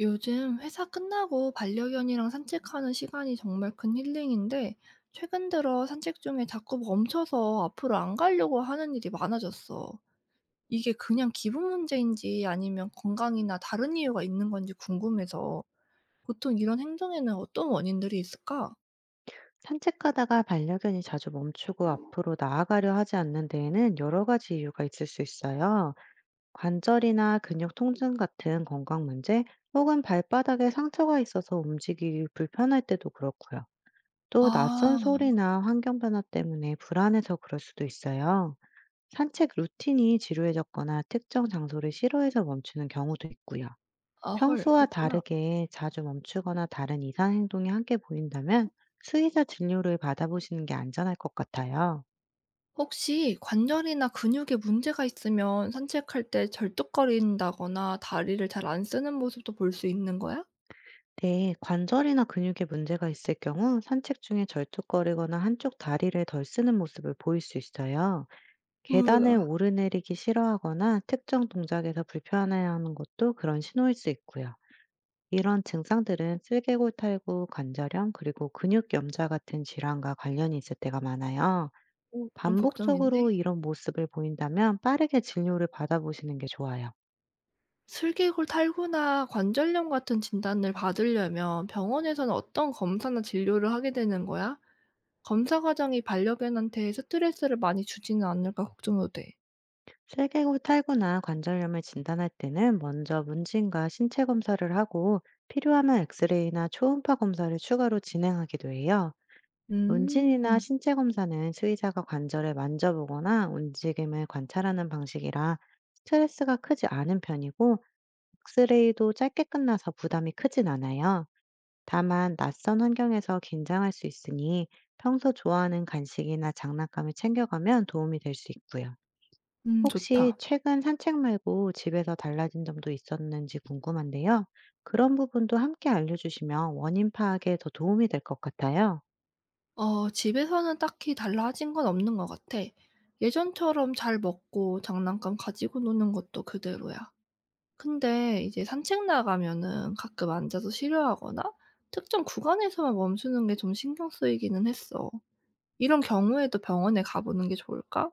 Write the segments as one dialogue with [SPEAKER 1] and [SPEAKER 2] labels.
[SPEAKER 1] 요즘 회사 끝나고 반려견이랑 산책하는 시간이 정말 큰 힐링인데, 최근 들어 산책 중에 자꾸 멈춰서 앞으로 안 가려고 하는 일이 많아졌어. 이게 그냥 기분 문제인지 아니면 건강이나 다른 이유가 있는 건지 궁금해서, 보통 이런 행동에는 어떤 원인들이 있을까?
[SPEAKER 2] 산책하다가 반려견이 자주 멈추고 앞으로 나아가려 하지 않는 데에는 여러 가지 이유가 있을 수 있어요. 관절이나 근육 통증 같은 건강 문제, 혹은 발바닥에 상처가 있어서 움직이기 불편할 때도 그렇고요. 또 낯선
[SPEAKER 1] 아,
[SPEAKER 2] 소리나 환경 변화 때문에 불안해서 그럴 수도 있어요. 산책 루틴이 지루해졌거나 특정 장소를 싫어해서 멈추는 경우도 있고요.
[SPEAKER 1] 아, 헐,
[SPEAKER 2] 평소와
[SPEAKER 1] 그렇구나.
[SPEAKER 2] 다르게 자주 멈추거나 다른 이상 행동이 함께 보인다면 수의사 진료를 받아보시는 게 안전할 것 같아요.
[SPEAKER 1] 혹시 관절이나 근육에 문제가 있으면 산책할 때 절뚝거린다거나 다리를 잘 안 쓰는 모습도 볼 수 있는 거야?
[SPEAKER 2] 네, 관절이나 근육에 문제가 있을 경우 산책 중에 절뚝거리거나 한쪽 다리를 덜 쓰는 모습을 보일 수 있어요.
[SPEAKER 1] 우와.
[SPEAKER 2] 계단을 오르내리기 싫어하거나 특정 동작에서 불편해하는 것도 그런 신호일 수 있고요. 이런 증상들은 슬개골 탈구, 관절염, 그리고 근육 염좌 같은 질환과 관련이 있을 때가 많아요.
[SPEAKER 1] 어, 좀
[SPEAKER 2] 반복적으로
[SPEAKER 1] 걱정인데?
[SPEAKER 2] 이런 모습을 보인다면 빠르게 진료를 받아보시는 게 좋아요.
[SPEAKER 1] 슬개골 탈구나 관절염 같은 진단을 받으려면 병원에서는 어떤 검사나 진료를 하게 되는 거야? 검사 과정이 반려견한테 스트레스를 많이 주지는 않을까 걱정도 돼.
[SPEAKER 2] 슬개골 탈구나 관절염을 진단할 때는 먼저 문진과 신체 검사를 하고, 필요하면 엑스레이나 초음파 검사를 추가로 진행하기도 해요. 문진이나
[SPEAKER 1] 음.
[SPEAKER 2] 신체 검사는 수의자가 관절을 만져보거나 움직임을 관찰하는 방식이라 스트레스가 크지 않은 편이고, 엑스레이도 짧게 끝나서 부담이 크진 않아요. 다만 낯선 환경에서 긴장할 수 있으니 평소 좋아하는 간식이나 장난감을 챙겨가면 도움이 될 수 있고요.
[SPEAKER 1] 음,
[SPEAKER 2] 혹시
[SPEAKER 1] 좋다.
[SPEAKER 2] 최근 산책 말고 집에서 달라진 점도 있었는지 궁금한데요. 그런 부분도 함께 알려주시면 원인 파악에 더 도움이 될 것 같아요.
[SPEAKER 1] 어, 집에서는 딱히 달라진 건 없는 것 같아. 예전처럼 잘 먹고 장난감 가지고 노는 것도 그대로야. 근데 이제 산책 나가면은 가끔 앉아서 쉬려하거나 특정 구간에서만 멈추는 게 좀 신경 쓰이기는 했어. 이런 경우에도 병원에 가보는 게 좋을까?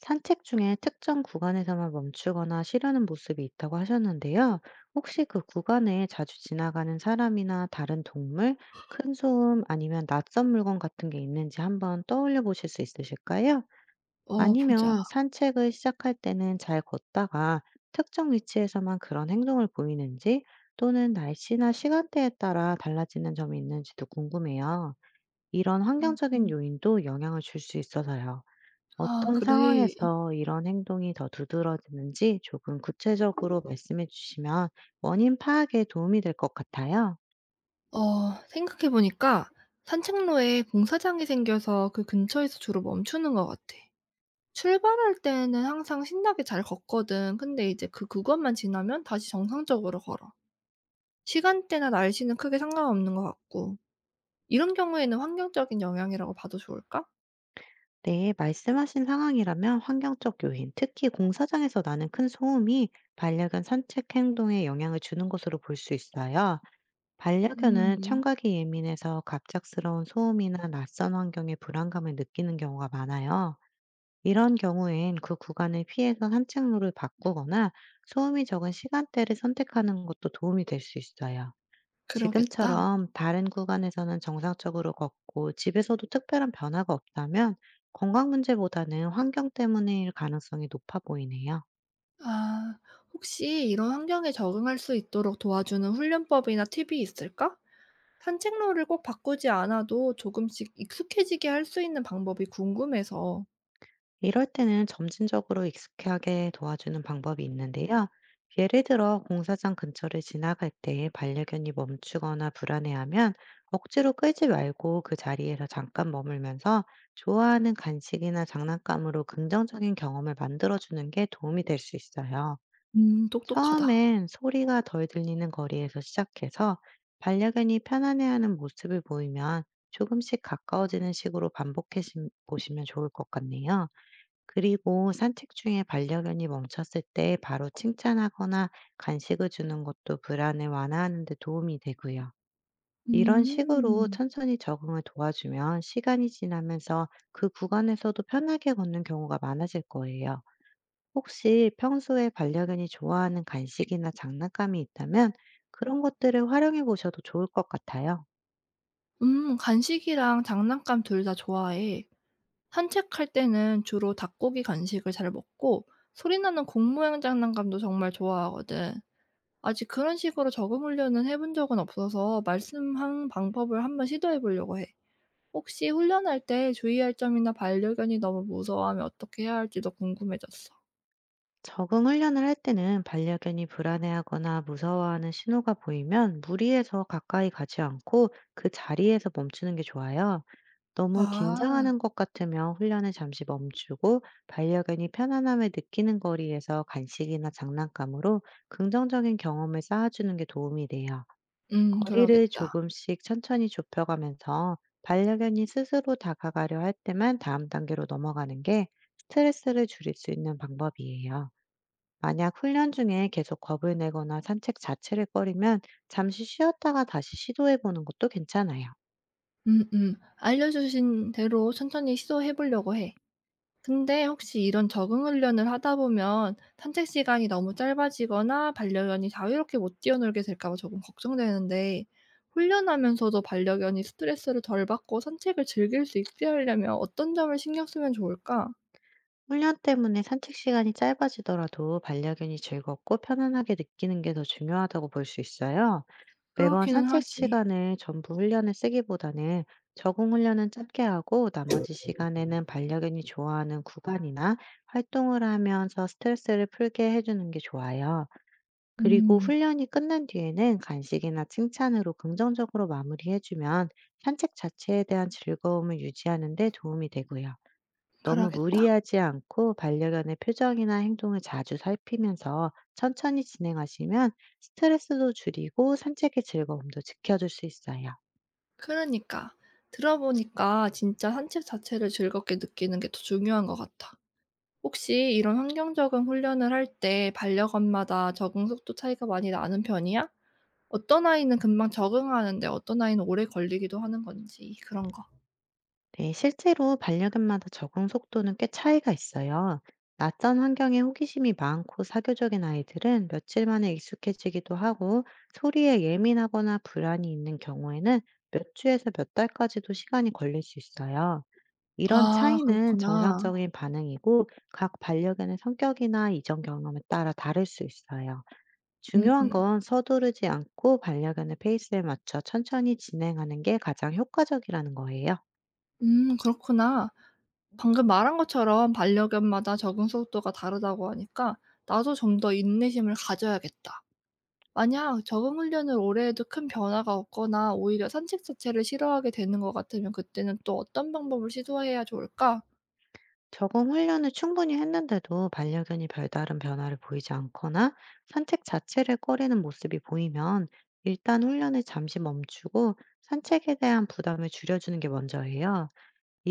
[SPEAKER 2] 산책 중에 특정 구간에서만 멈추거나 쉬려는 모습이 있다고 하셨는데요. 혹시 그 구간에 자주 지나가는 사람이나 다른 동물, 큰 소음, 아니면 낯선 물건 같은 게 있는지 한번 떠올려 보실 수 있으실까요?
[SPEAKER 1] 어, 보자.
[SPEAKER 2] 아니면 산책을 시작할 때는 잘 걷다가 특정 위치에서만 그런 행동을 보이는지, 또는 날씨나 시간대에 따라 달라지는 점이 있는지도 궁금해요. 이런
[SPEAKER 1] 음,
[SPEAKER 2] 환경적인
[SPEAKER 1] 음.
[SPEAKER 2] 요인도 영향을 줄 수 있어서요.
[SPEAKER 1] 아,
[SPEAKER 2] 어떤
[SPEAKER 1] 그래.
[SPEAKER 2] 상황에서 이런 행동이 더 두드러지는지 조금 구체적으로 말씀해 주시면 원인 파악에 도움이 될 것 같아요.
[SPEAKER 1] 어, 생각해보니까 산책로에 공사장이 생겨서 그 근처에서 주로 멈추는 것 같아. 출발할 때는 항상 신나게 잘 걷거든. 근데 이제 그 구간만 지나면 다시 정상적으로 걸어. 시간대나 날씨는 크게 상관없는 것 같고. 이런 경우에는 환경적인 영향이라고 봐도 좋을까?
[SPEAKER 2] 네, 말씀하신 상황이라면 환경적 요인, 특히 공사장에서 나는 큰 소음이 반려견 산책 행동에 영향을 주는 것으로 볼 수 있어요. 반려견은
[SPEAKER 1] 음,
[SPEAKER 2] 청각이 예민해서 갑작스러운 소음이나 낯선 환경에 불안감을 느끼는 경우가 많아요. 이런 경우엔 그 구간을 피해서 산책로를 바꾸거나 소음이 적은 시간대를 선택하는 것도 도움이 될 수 있어요.
[SPEAKER 1] 그러겠다.
[SPEAKER 2] 지금처럼 다른 구간에서는 정상적으로 걷고 집에서도 특별한 변화가 없다면 건강 문제보다는 환경 때문일 가능성이 높아 보이네요.
[SPEAKER 1] 아, 혹시 이런 환경에 적응할 수 있도록 도와주는 훈련법이나 팁이 있을까? 산책로를 꼭 바꾸지 않아도 조금씩 익숙해지게 할 수 있는 방법이 궁금해서.
[SPEAKER 2] 이럴 때는 점진적으로 익숙하게 도와주는 방법이 있는데요. 예를 들어 공사장 근처를 지나갈 때 반려견이 멈추거나 불안해하면 억지로 끌지 말고 그 자리에서 잠깐 머물면서 좋아하는 간식이나 장난감으로 긍정적인 경험을 만들어주는 게 도움이 될 수 있어요.
[SPEAKER 1] 음, 똑똑하다.
[SPEAKER 2] 처음엔 소리가 덜 들리는 거리에서 시작해서 반려견이 편안해하는 모습을 보이면 조금씩 가까워지는 식으로 보시면 좋을 것 같네요. 그리고 산책 중에 반려견이 멈췄을 때 바로 칭찬하거나 간식을 주는 것도 불안을 완화하는 데 도움이 되고요. 이런 식으로
[SPEAKER 1] 음.
[SPEAKER 2] 천천히 적응을 도와주면 시간이 지나면서 그 구간에서도 편하게 걷는 경우가 많아질 거예요. 혹시 평소에 반려견이 좋아하는 간식이나 장난감이 있다면 그런 것들을 활용해 보셔도 좋을 것 같아요.
[SPEAKER 1] 음, 간식이랑 장난감 둘 다 좋아해. 산책할 때는 주로 닭고기 간식을 잘 먹고 소리 나는 공 모양 장난감도 정말 좋아하거든. 아직 그런 식으로 적응 훈련은 해본 적은 없어서 말씀한 방법을 한번 시도해 보려고 해. 혹시 훈련할 때 주의할 점이나 반려견이 너무 무서워하면 어떻게 해야 할지도 궁금해졌어.
[SPEAKER 2] 적응 훈련을 할 때는 반려견이 불안해하거나 무서워하는 신호가 보이면 무리해서 가까이 가지 않고 그 자리에서 멈추는 게 좋아요. 너무
[SPEAKER 1] 아.
[SPEAKER 2] 긴장하는 것 같으면 훈련을 잠시 멈추고, 반려견이 편안함을 느끼는 거리에서 간식이나 장난감으로 긍정적인 경험을 쌓아주는 게 도움이 돼요.
[SPEAKER 1] 음,
[SPEAKER 2] 거리를
[SPEAKER 1] 그러겠다.
[SPEAKER 2] 조금씩 천천히 좁혀가면서 반려견이 스스로 다가가려 할 때만 다음 단계로 넘어가는 게 스트레스를 줄일 수 있는 방법이에요. 만약 훈련 중에 계속 겁을 내거나 산책 자체를 꺼리면 잠시 쉬었다가 다시 시도해 보는 것도 괜찮아요.
[SPEAKER 1] 음음. 알려 주신 대로 천천히 시도해 보려고 해. 근데 혹시 이런 적응 훈련을 하다 보면 산책 시간이 너무 짧아지거나 반려견이 자유롭게 못 뛰어놀게 될까 봐 조금 걱정되는데, 훈련하면서도 반려견이 스트레스를 덜 받고 산책을 즐길 수 있게 하려면 어떤 점을 신경 쓰면 좋을까?
[SPEAKER 2] 훈련 때문에 산책 시간이 짧아지더라도 반려견이 즐겁고 편안하게 느끼는 게 더 중요하다고 볼 수 있어요. 매번
[SPEAKER 1] 그렇기는
[SPEAKER 2] 산책
[SPEAKER 1] 하지.
[SPEAKER 2] 시간을 전부 훈련에 쓰기보다는 적응 훈련은 짧게 하고, 나머지 시간에는 반려견이 좋아하는 구간이나 활동을 하면서 스트레스를 풀게 해주는 게 좋아요. 그리고
[SPEAKER 1] 음,
[SPEAKER 2] 훈련이 끝난 뒤에는 간식이나 칭찬으로 긍정적으로 마무리해주면 산책 자체에 대한 즐거움을 유지하는 데 도움이 되고요. 너무
[SPEAKER 1] 그러겠다.
[SPEAKER 2] 무리하지 않고 반려견의 표정이나 행동을 자주 살피면서 천천히 진행하시면 스트레스도 줄이고 산책의 즐거움도 지켜줄 수 있어요.
[SPEAKER 1] 그러니까 들어보니까 진짜 산책 자체를 즐겁게 느끼는 게 더 중요한 것 같아. 혹시 이런 환경 적응 훈련을 할 때 반려견마다 적응 속도 차이가 많이 나는 편이야? 어떤 아이는 금방 적응하는데 어떤 아이는 오래 걸리기도 하는 건지 그런 거.
[SPEAKER 2] 네, 실제로 반려견마다 적응 속도는 꽤 차이가 있어요. 낯선 환경에 호기심이 많고 사교적인 아이들은 며칠 만에 익숙해지기도 하고, 소리에 예민하거나 불안이 있는 경우에는 몇 주에서 몇 달까지도 시간이 걸릴 수 있어요. 이런
[SPEAKER 1] 아,
[SPEAKER 2] 차이는
[SPEAKER 1] 그렇구나.
[SPEAKER 2] 정상적인 반응이고 각 반려견의 성격이나 이전 경험에 따라 다를 수 있어요.
[SPEAKER 1] 음음.
[SPEAKER 2] 중요한
[SPEAKER 1] 음.
[SPEAKER 2] 건 서두르지 않고 반려견의 페이스에 맞춰 천천히 진행하는 게 가장 효과적이라는 거예요.
[SPEAKER 1] 그렇구나. 방금 말한 것처럼 반려견마다 적응 속도가 다르다고 하니까 나도 좀 더 인내심을 가져야겠다. 만약 적응 훈련을 오래 해도 큰 변화가 없거나 오히려 산책 자체를 싫어하게 되는 것 같으면 그때는 또 어떤 방법을 시도해야 좋을까?
[SPEAKER 2] 적응 훈련을 충분히 했는데도 반려견이 별다른 변화를 보이지 않거나 산책 자체를 꺼리는 모습이 보이면 일단 훈련을 잠시 멈추고 산책에 대한 부담을 줄여주는 게 먼저예요.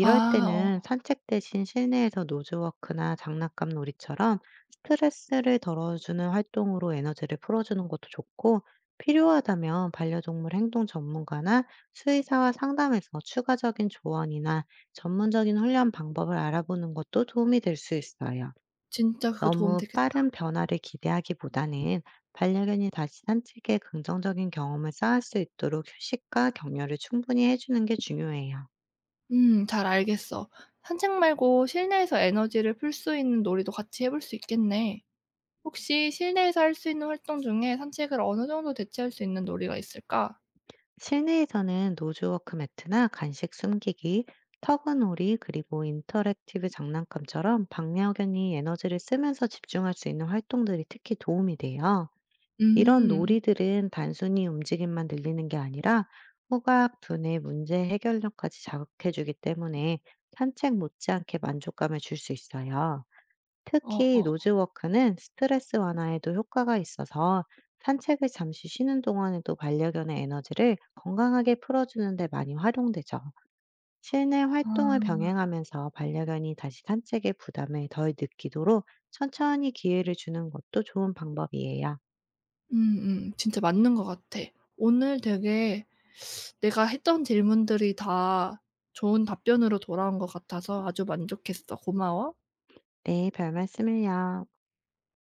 [SPEAKER 1] 아,
[SPEAKER 2] 때는
[SPEAKER 1] 어,
[SPEAKER 2] 산책 대신 실내에서 노즈워크나 장난감 놀이처럼 스트레스를 덜어주는 활동으로 에너지를 풀어주는 것도 좋고, 필요하다면 반려동물 행동 전문가나 수의사와 상담해서 추가적인 조언이나 전문적인 훈련 방법을 알아보는 것도 도움이 될 수 있어요.
[SPEAKER 1] 진짜 그거 도움
[SPEAKER 2] 너무
[SPEAKER 1] 되겠다.
[SPEAKER 2] 빠른 변화를 기대하기보다는 반려견이 다시 산책에 긍정적인 경험을 쌓을 수 있도록 휴식과 격려를 충분히 해주는 게 중요해요.
[SPEAKER 1] 음, 잘 알겠어. 산책 말고 실내에서 에너지를 풀 수 있는 놀이도 같이 해볼 수 있겠네. 혹시 실내에서 할 수 있는 활동 중에 산책을 어느 정도 대체할 수 있는 놀이가 있을까?
[SPEAKER 2] 실내에서는 노즈워크 매트나 간식 숨기기, 턱은오리, 그리고 인터랙티브 장난감처럼 반려견이 에너지를 쓰면서 집중할 수 있는 활동들이 특히 도움이 돼요. 이런
[SPEAKER 1] 음.
[SPEAKER 2] 놀이들은 단순히 움직임만 늘리는 게 아니라 후각, 두뇌, 문제 해결력까지 자극해주기 때문에 산책 못지않게 만족감을 줄 수 있어요. 특히
[SPEAKER 1] 어어.
[SPEAKER 2] 노즈워크는 스트레스 완화에도 효과가 있어서 산책을 잠시 쉬는 동안에도 반려견의 에너지를 건강하게 풀어주는 데 많이 활용되죠. 실내 활동을
[SPEAKER 1] 아.
[SPEAKER 2] 병행하면서 반려견이 다시 산책의 부담을 덜 느끼도록 천천히 기회를 주는 것도 좋은 방법이에요.
[SPEAKER 1] 음음. 진짜 맞는 것 같아. 오늘 되게 내가 했던 질문들이 다 좋은 답변으로 돌아온 것 같아서 아주 만족했어. 고마워.
[SPEAKER 2] 네, 별 말씀을요.